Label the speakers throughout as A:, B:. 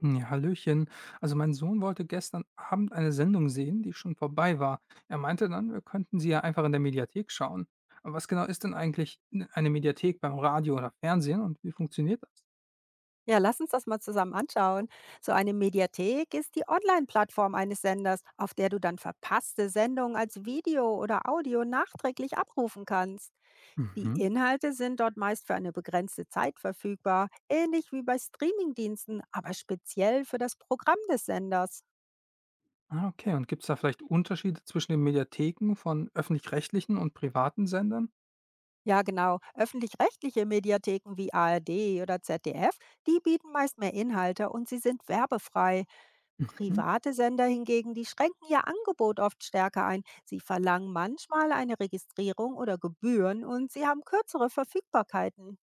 A: Ja, Hallöchen. Also mein Sohn wollte gestern Abend eine Sendung sehen, die schon vorbei war. Er meinte dann, wir könnten sie ja einfach in der Mediathek schauen. Aber was genau ist denn eigentlich eine Mediathek beim Radio oder Fernsehen und wie funktioniert das?
B: Ja, lass uns das mal zusammen anschauen. So eine Mediathek ist die Online-Plattform eines Senders, auf der du dann verpasste Sendungen als Video oder Audio nachträglich abrufen kannst. Die
A: Mhm.
B: Inhalte sind dort meist für eine begrenzte Zeit verfügbar, ähnlich wie bei Streamingdiensten, aber speziell für das Programm des Senders.
A: Ah, okay. Und gibt es da vielleicht Unterschiede zwischen den Mediatheken von öffentlich-rechtlichen und privaten Sendern?
B: Ja, genau. Öffentlich-rechtliche Mediatheken wie ARD oder ZDF, die bieten meist mehr Inhalte und sie sind werbefrei.
A: Mhm.
B: Private Sender hingegen, die schränken ihr Angebot oft stärker ein. Sie verlangen manchmal eine Registrierung oder Gebühren und sie haben kürzere Verfügbarkeiten.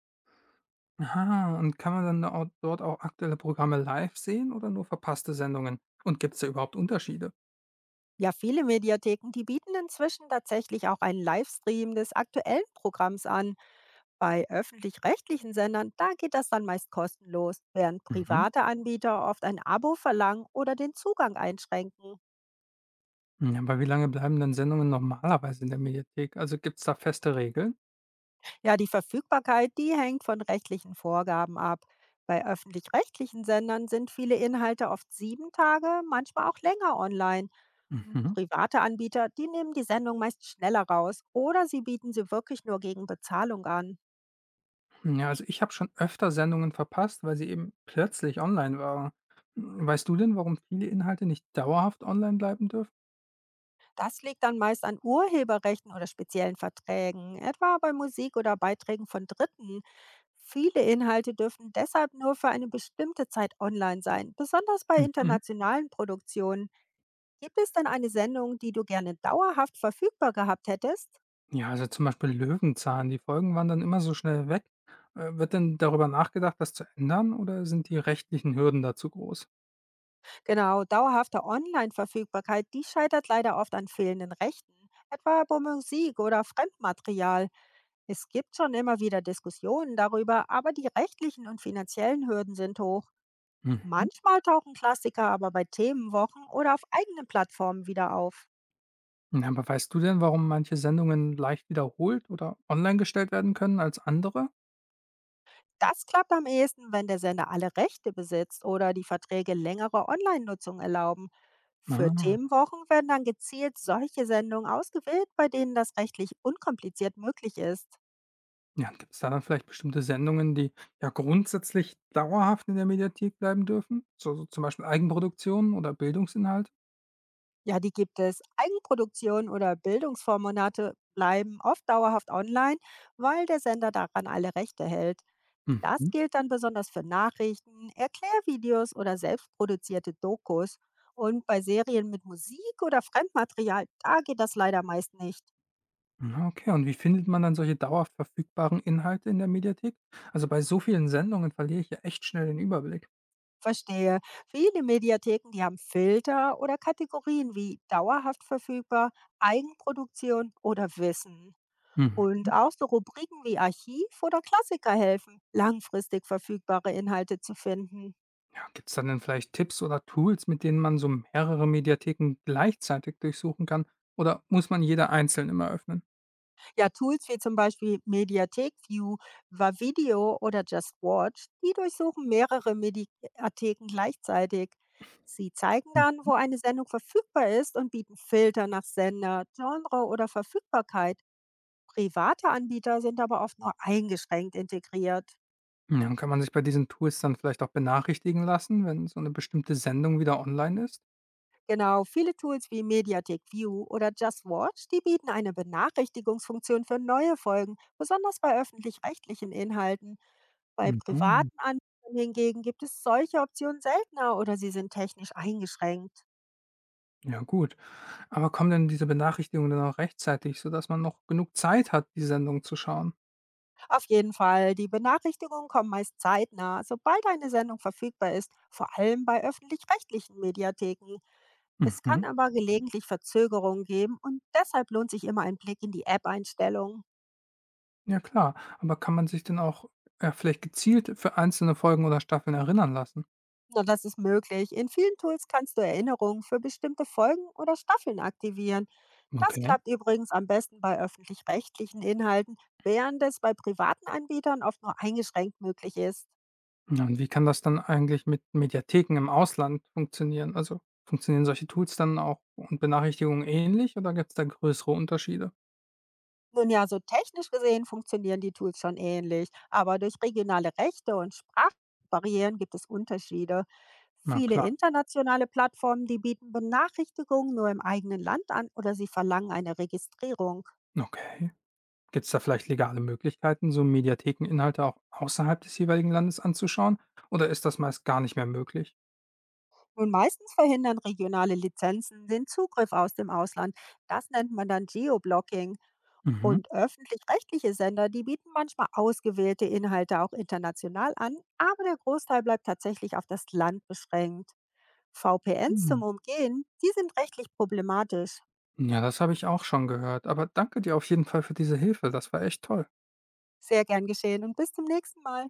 A: Aha, und kann man dann dort auch aktuelle Programme live sehen oder nur verpasste Sendungen? Und gibt es da überhaupt Unterschiede?
B: Ja, viele Mediatheken, die bieten inzwischen tatsächlich auch einen Livestream des aktuellen Programms an. Bei öffentlich-rechtlichen Sendern, da geht das dann meist kostenlos, während
A: Mhm.
B: private Anbieter oft ein Abo verlangen oder den Zugang einschränken.
A: Ja, aber wie lange bleiben denn Sendungen normalerweise in der Mediathek? Also gibt's da feste Regeln?
B: Ja, die Verfügbarkeit, die hängt von rechtlichen Vorgaben ab. Bei öffentlich-rechtlichen Sendern sind viele Inhalte oft 7 Tage, manchmal auch länger online.
A: Mhm.
B: Private Anbieter, die nehmen die Sendung meist schneller raus oder sie bieten sie wirklich nur gegen Bezahlung an.
A: Ja, also ich habe schon öfter Sendungen verpasst, weil sie eben plötzlich online waren. Hm, weißt du denn, warum viele Inhalte nicht dauerhaft online bleiben dürfen?
B: Das liegt dann meist an Urheberrechten oder speziellen Verträgen, etwa bei Musik oder Beiträgen von Dritten. Viele Inhalte dürfen deshalb nur für eine bestimmte Zeit online sein, besonders bei
A: Mhm.
B: internationalen Produktionen. Gibt es denn eine Sendung, die du gerne dauerhaft verfügbar gehabt hättest?
A: Ja, also zum Beispiel Löwenzahn, die Folgen waren dann immer so schnell weg. Wird denn darüber nachgedacht, das zu ändern oder sind die rechtlichen Hürden da zu groß?
B: Genau, dauerhafte Online-Verfügbarkeit, die scheitert leider oft an fehlenden Rechten, etwa bei Musik oder Fremdmaterial. Es gibt schon immer wieder Diskussionen darüber, aber die rechtlichen und finanziellen Hürden sind hoch.
A: Mhm.
B: Manchmal tauchen Klassiker aber bei Themenwochen oder auf eigenen Plattformen wieder auf.
A: Ja, aber weißt du denn, warum manche Sendungen leicht wiederholt oder online gestellt werden können als andere?
B: Das klappt am ehesten, wenn der Sender alle Rechte besitzt oder die Verträge längere Online-Nutzung erlauben. Für
A: Ah.
B: Themenwochen werden dann gezielt solche Sendungen ausgewählt, bei denen das rechtlich unkompliziert möglich ist.
A: Ja, und gibt es da dann vielleicht bestimmte Sendungen, die ja grundsätzlich dauerhaft in der Mediathek bleiben dürfen? So, so zum Beispiel Eigenproduktionen oder Bildungsinhalte?
B: Ja, die gibt es. Eigenproduktionen oder Bildungsformate bleiben oft dauerhaft online, weil der Sender daran alle Rechte hält. Das
A: Mhm.
B: gilt dann besonders für Nachrichten, Erklärvideos oder selbstproduzierte Dokus. Und bei Serien mit Musik oder Fremdmaterial, da geht das leider meist nicht.
A: Ja, okay. Und wie findet man dann solche dauerhaft verfügbaren Inhalte in der Mediathek? Also bei so vielen Sendungen verliere ich ja echt schnell den Überblick.
B: Verstehe. Viele Mediatheken, die haben Filter oder Kategorien wie dauerhaft verfügbar, Eigenproduktion oder Wissen.
A: Mhm.
B: Und auch so Rubriken wie Archiv oder Klassiker helfen, langfristig verfügbare Inhalte zu finden.
A: Ja, gibt es dann denn vielleicht Tipps oder Tools, mit denen man so mehrere Mediatheken gleichzeitig durchsuchen kann? Oder muss man jede einzeln immer öffnen?
B: Ja, Tools wie zum Beispiel Mediathek View, Vavideo oder Just Watch, die durchsuchen mehrere Mediatheken gleichzeitig. Sie zeigen dann, wo eine Sendung verfügbar ist und bieten Filter nach Sender, Genre oder Verfügbarkeit. Private Anbieter sind aber oft nur eingeschränkt integriert.
A: Mhm. Ja, und kann man sich bei diesen Tools dann vielleicht auch benachrichtigen lassen, wenn so eine bestimmte Sendung wieder online ist?
B: Genau, viele Tools wie Mediathek View oder Just Watch, die bieten eine Benachrichtigungsfunktion für neue Folgen, besonders bei öffentlich-rechtlichen Inhalten. Bei
A: Mhm.
B: privaten Anbietern hingegen gibt es solche Optionen seltener oder sie sind technisch eingeschränkt.
A: Ja gut. Aber kommen denn diese Benachrichtigungen dann auch rechtzeitig, sodass man noch genug Zeit hat, die Sendung zu schauen?
B: Auf jeden Fall, die Benachrichtigungen kommen meist zeitnah, sobald eine Sendung verfügbar ist, vor allem bei öffentlich-rechtlichen Mediatheken. Es kann
A: Mhm.
B: aber gelegentlich Verzögerungen geben und deshalb lohnt sich immer ein Blick in die App-Einstellungen.
A: Ja klar, aber kann man sich denn auch, vielleicht gezielt für einzelne Folgen oder Staffeln erinnern lassen?
B: Na, das ist möglich. In vielen Tools kannst du Erinnerungen für bestimmte Folgen oder Staffeln aktivieren. Das
A: Okay.
B: klappt übrigens am besten bei öffentlich-rechtlichen Inhalten, während es bei privaten Anbietern oft nur eingeschränkt möglich ist.
A: Ja, und wie kann das dann eigentlich mit Mediatheken im Ausland funktionieren? Also, funktionieren solche Tools dann auch und Benachrichtigungen ähnlich oder gibt es da größere Unterschiede?
B: Nun ja, so technisch gesehen funktionieren die Tools schon ähnlich, aber durch regionale Rechte und Sprachbarrieren gibt es Unterschiede.
A: Na
B: Viele
A: klar.
B: internationale Plattformen, die bieten Benachrichtigungen nur im eigenen Land an oder sie verlangen eine Registrierung.
A: Okay. Gibt es da vielleicht legale Möglichkeiten, so Mediathekeninhalte auch außerhalb des jeweiligen Landes anzuschauen? Oder ist das meist gar nicht mehr möglich?
B: Nun, meistens verhindern regionale Lizenzen den Zugriff aus dem Ausland. Das nennt man dann Geoblocking.
A: Mhm.
B: Und öffentlich-rechtliche Sender, die bieten manchmal ausgewählte Inhalte auch international an, aber der Großteil bleibt tatsächlich auf das Land beschränkt. VPNs zum
A: Mhm.
B: Umgehen, die sind rechtlich problematisch.
A: Ja, das habe ich auch schon gehört. Aber danke dir auf jeden Fall für diese Hilfe. Das war echt toll.
B: Sehr gern geschehen und bis zum nächsten Mal.